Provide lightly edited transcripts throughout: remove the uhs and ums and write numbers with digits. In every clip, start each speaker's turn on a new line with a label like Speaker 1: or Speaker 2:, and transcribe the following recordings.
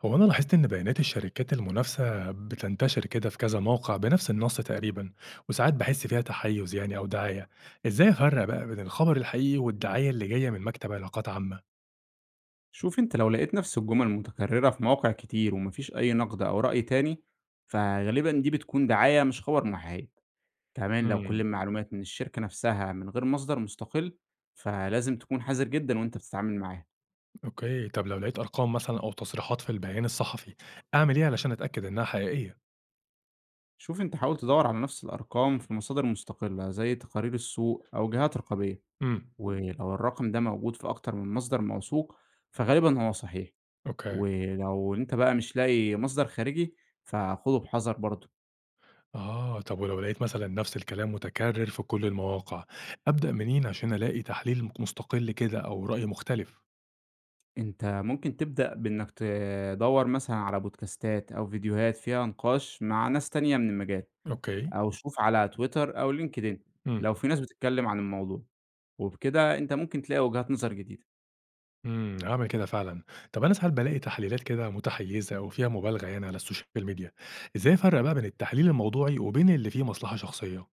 Speaker 1: هو أنا لاحظت إن بيانات الشركات المنافسة بتنتشر كده في كذا موقع بنفس النص تقريبا، وساعات بحس فيها تحيز يعني أو دعاية. إزاي أفرق بقى بين الخبر الحقيقي والدعاية اللي جاية من مكتب علاقات عامة؟
Speaker 2: شوف انت لو لقيت نفس الجمل متكررة في مواقع كتير ومفيش أي نقد أو رأي تاني فغالبا دي بتكون دعاية مش خبر محايد. كمان لو كل
Speaker 1: امم.
Speaker 2: المعلومات من الشركة نفسها من غير مصدر مستقل فلازم تكون حذر جدا وانت بتتعامل معاها.
Speaker 1: أوكي، طب لو لقيت أرقام مثلا أو تصريحات في البيان الصحفي، أعمل إيه علشان أتأكد إنها حقيقية؟
Speaker 2: شوف انت حاول تدور على نفس الأرقام في مصادر مستقلة زي تقارير السوق أو جهات رقابية.
Speaker 1: امم.
Speaker 2: ولو الرقم ده موجود في أكتر من مصدر موثوق فغالبا هو صحيح.
Speaker 1: أوكي.
Speaker 2: ولو انت بقى مش لاقي مصدر خارجي فخده بحذر برضه.
Speaker 1: آه، طب ولو لقيت مثلا نفس الكلام متكرر في كل المواقع، أبدأ منين عشان ألاقي تحليل مستقل كده أو رأي مختلف؟
Speaker 2: أنت ممكن تبدأ بإنك تدوّر مثلًا على بودكاستات أو فيديوهات فيها نقاش مع ناس تانية من المجال،
Speaker 1: اوكي.
Speaker 2: أو شوف على تويتر أو لينكدإن
Speaker 1: مم.
Speaker 2: لو في ناس بتتكلم عن الموضوع، وبكده أنت ممكن تلاقي وجهات نظر جديدة.
Speaker 1: هاعمل كده فعلًا. طب أنا ساعات بالاقي تحليلات كده متحيزة أو فيها مبالغة يعني على السوشيال ميديا، إزاي أفرّق بقى بين التحليل الموضوعي وبين اللي فيه مصلحة شخصية؟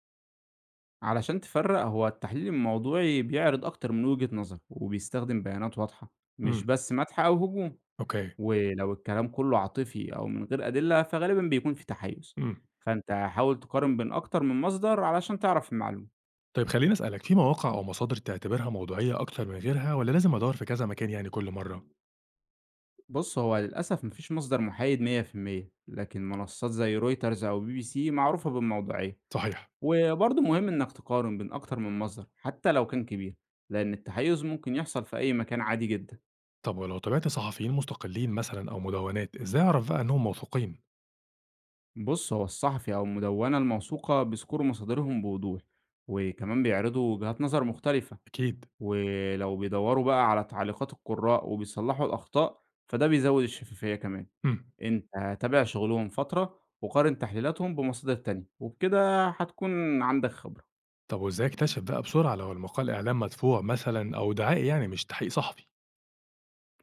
Speaker 2: علشان تفرّق، هو التحليل الموضوعي بيعرض أكتر من وجهة نظر وبيستخدم بيانات واضحة، مش
Speaker 1: إمم،
Speaker 2: بس مدح أو هجوم.
Speaker 1: أوكي،
Speaker 2: ولو الكلام كله عاطفي أو من غير أدلة، فغالبًا بيكون في تحيز.
Speaker 1: إمم.
Speaker 2: فأنت حاول تقارن بين أكتر من مصدر علشان تعرف المعلومة.
Speaker 1: طيب خلّيني أسألك، في مواقع أو مصادر تعتبرها موضوعية أكتر من غيرها والّا لازم أدوّر في كذا مكان يعني كل مرّة؟
Speaker 2: بُص، هو للأسف ما فيش مصدر محايد 100%، لكن منصات زي رويترز أو بي بي سي معروفة بالموضوعية،
Speaker 1: صحيح.
Speaker 2: وبرضه مهم إنك تقارن بين أكتر من مصدر حتى لو كان كبير، لأن التحيز ممكن يحصل في أي مكان عادي جدًا.
Speaker 1: طب ولو تابعت صحفيين مستقلين مثلًا أو مدونات، إزاي أعرف بقى إنهم موثوقين؟
Speaker 2: بُص، هو الصحفي أو المدونة الموثوقة بيذكروا مصادرهم بوضوح، وكمان بيعرضوا وجهات نظر مختلفة.
Speaker 1: أكيد.
Speaker 2: ولو بيدوّروا بقى على تعليقات القُراء وبيصلّحوا الأخطاء، فده بيزوّد الشفافية كمان.
Speaker 1: إمم.
Speaker 2: أنت تابع شغلهم فترة وقارن تحليلاتهم بمصادر تانية، وبكده هتكون عندك خبرة.
Speaker 1: طب وإزاي أكتشف بقى بسرعة لو المقال إعلام مدفوع مثلًا أو دعائي يعني مش تحقيق صحفي؟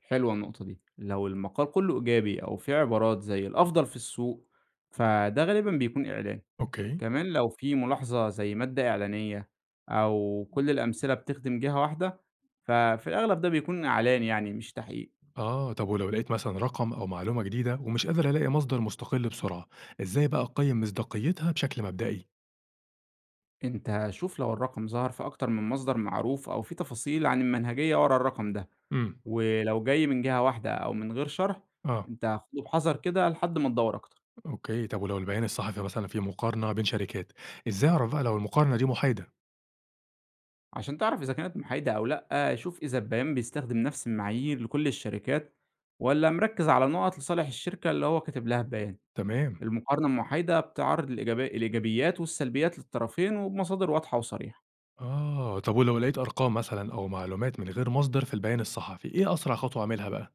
Speaker 2: حلوة النقطة دي. لو المقال كُلّه إيجابي أو فيه عبارات زي الأفضل في السوق، فده غالبًا بيكون إعلان.
Speaker 1: أوكي.
Speaker 2: كمان لو في ملاحظة زي مادة إعلانية أو كل الأمثلة بتخدم جهة واحدة، ففي الأغلب ده بيكون إعلان يعني مش تحقيق.
Speaker 1: آه، طب ولو لقيت مثلا رقم أو معلومة جديدة ومش قادر ألاقي مصدر مستقل بسرعة، إزاي بقى أقيم مصداقيتها بشكل مبدئي؟
Speaker 2: أنت شوف لو الرقم ظهر في أكتر من مصدر معروف أو في تفاصيل عن المنهجية ورا الرقم ده،
Speaker 1: امم.
Speaker 2: ولو جاي من جهة واحدة أو من غير شرح،
Speaker 1: آه.
Speaker 2: أنت خده بحذر كده لحد ما تدور أكتر.
Speaker 1: أوكي، طب ولو البيان الصحفي مثلا فيه مقارنة بين شركات، إزاي أعرف بقى لو المقارنة دي محايدة؟
Speaker 2: عشان تعرف إذا كانت محايدة أو لأ، شوف إذا البيان بيستخدم نفس المعايير لكل الشركات ولا مركز على نقط لصالح الشركة اللي هو كاتب لها البيان.
Speaker 1: تمام.
Speaker 2: المقارنة المحايدة بتعرض الإيجابيات والسلبيات للطرفين وبمصادر واضحة وصريحة.
Speaker 1: آه، طب ولو لقيت أرقام مثلا أو معلومات من غير مصدر في البيان الصحفي، إيه أسرع خطوة أعملها بقى؟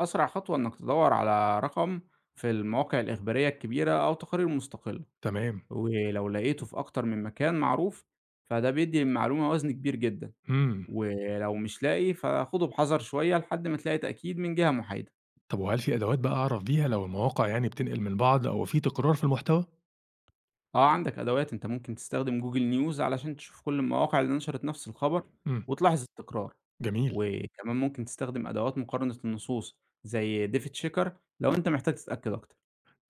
Speaker 2: أسرع خطوة إنك تدور على رقم في المواقع الإخبارية الكبيرة أو تقارير مستقلة.
Speaker 1: تمام.
Speaker 2: ولو لقيته في أكتر من مكان معروف، فده بيدّي للمعلومة وزن كبير جدًا.
Speaker 1: امم.
Speaker 2: ولو مش لاقي فخُده بحذر شوية لحد ما تلاقي تأكيد من جهة محايدة.
Speaker 1: طب وهل في أدوات بقى أعرف بيها لو المواقع يعني بتنقل من بعض أو في تكرار في المحتوى؟
Speaker 2: آه، عندك أدوات أنت ممكن تستخدم Google News علشان تشوف كل المواقع اللي نشرت نفس الخبر
Speaker 1: امم.
Speaker 2: وتلاحظ التكرار،
Speaker 1: جميل.
Speaker 2: وكمان ممكن تستخدم أدوات مقارنة النصوص زي Fact Checker لو أنت محتاج تتأكد أكتر.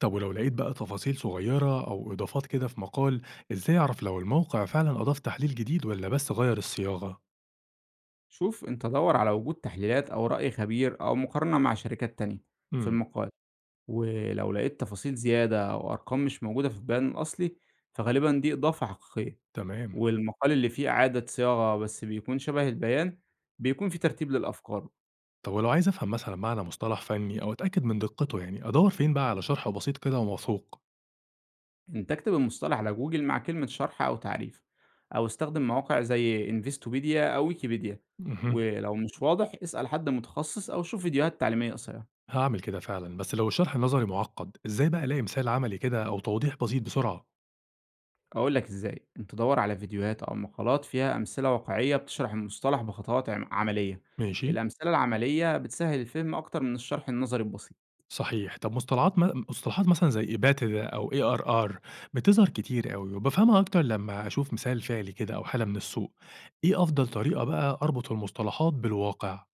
Speaker 1: طب ولو لقيت بقى تفاصيل صغيرة أو إضافات كده في مقال، إزاي أعرف لو الموقع فعلا أضاف تحليل جديد ولا بس غير الصياغة؟
Speaker 2: شوف أنت دَوّر على وجود تحليلات أو رأي خبير أو مقارنة مع شركات تانية في
Speaker 1: امم.
Speaker 2: المقال. ولو لقيت تفاصيل زيادة أو أرقام مش موجودة في البيان الأصلي فغالبا دي إضافة حقيقية.
Speaker 1: تمام،
Speaker 2: والمقال اللي فيه إعادة صياغة بس بيكون شبه البيان، بيكون فيه ترتيب للأفكار.
Speaker 1: طب ولو عايز أفهم مثلا معنى مصطلح فني أو أتأكد من دقته يعني أدور فين بقى على شرح بسيط كده وموثوق؟
Speaker 2: أنت اكتب المصطلح على جوجل مع كلمة شرح أو تعريف أو استخدم مواقع زي انفستوبيديا أو ويكيبيديا.
Speaker 1: امم
Speaker 2: ولو مش واضح اسأل حد متخصص أو شوف فيديوهات تعليمية قصيرة.
Speaker 1: هعمل كده فعلا، بس لو الشرح النظري معقد، إزاي بقى ألاقي مثال عملي كده أو توضيح بسيط بسرعة؟
Speaker 2: أقول لك إزاي، أنت دَوّر على فيديوهات أو مقالات فيها أمثلة واقعية بتشرح المصطلح بخطوات عملية.
Speaker 1: ماشي؟
Speaker 2: الأمثلة العملية بتسهّل الفهم أكتر من الشرح النظري البسيط.
Speaker 1: صحيح. طب مصطلعات م مصطلحات مثلًا زي إباتة أو ARR بتظهر كتير أوي، وبافهمها أكتر لمّا أشوف مثال فعلي كده أو حالة من السوق. إيه أفضل طريقة بقى أربط المصطلحات بالواقع؟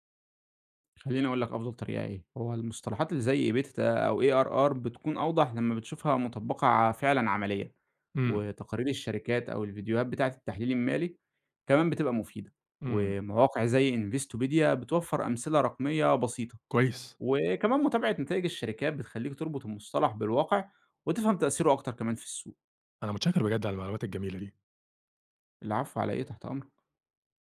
Speaker 2: خلّيني أقول لك أفضل طريقة إيه، هو المصطلحات اللي زي beta أو ARR بتكون أوضح لمّا بتشوفها مطبّقة ع فعلًا عمليًا،
Speaker 1: إمم،
Speaker 2: وتقارير الشركات أو الفيديوهات بتاعة التحليل المالي كمان بتبقى مفيدة،
Speaker 1: إمم،
Speaker 2: ومواقع زي investopedia بتوفّر أمثلة رقمية بسيطة.
Speaker 1: كويس.
Speaker 2: وكمان متابعة نتائج الشركات بتخلّيك تربط المصطلح بالواقع وتفهم تأثيره أكتر كمان في السوق.
Speaker 1: أنا متشكر بجد على المعلومات الجميلة دي.
Speaker 2: العفو على إيه، تحت أمرك.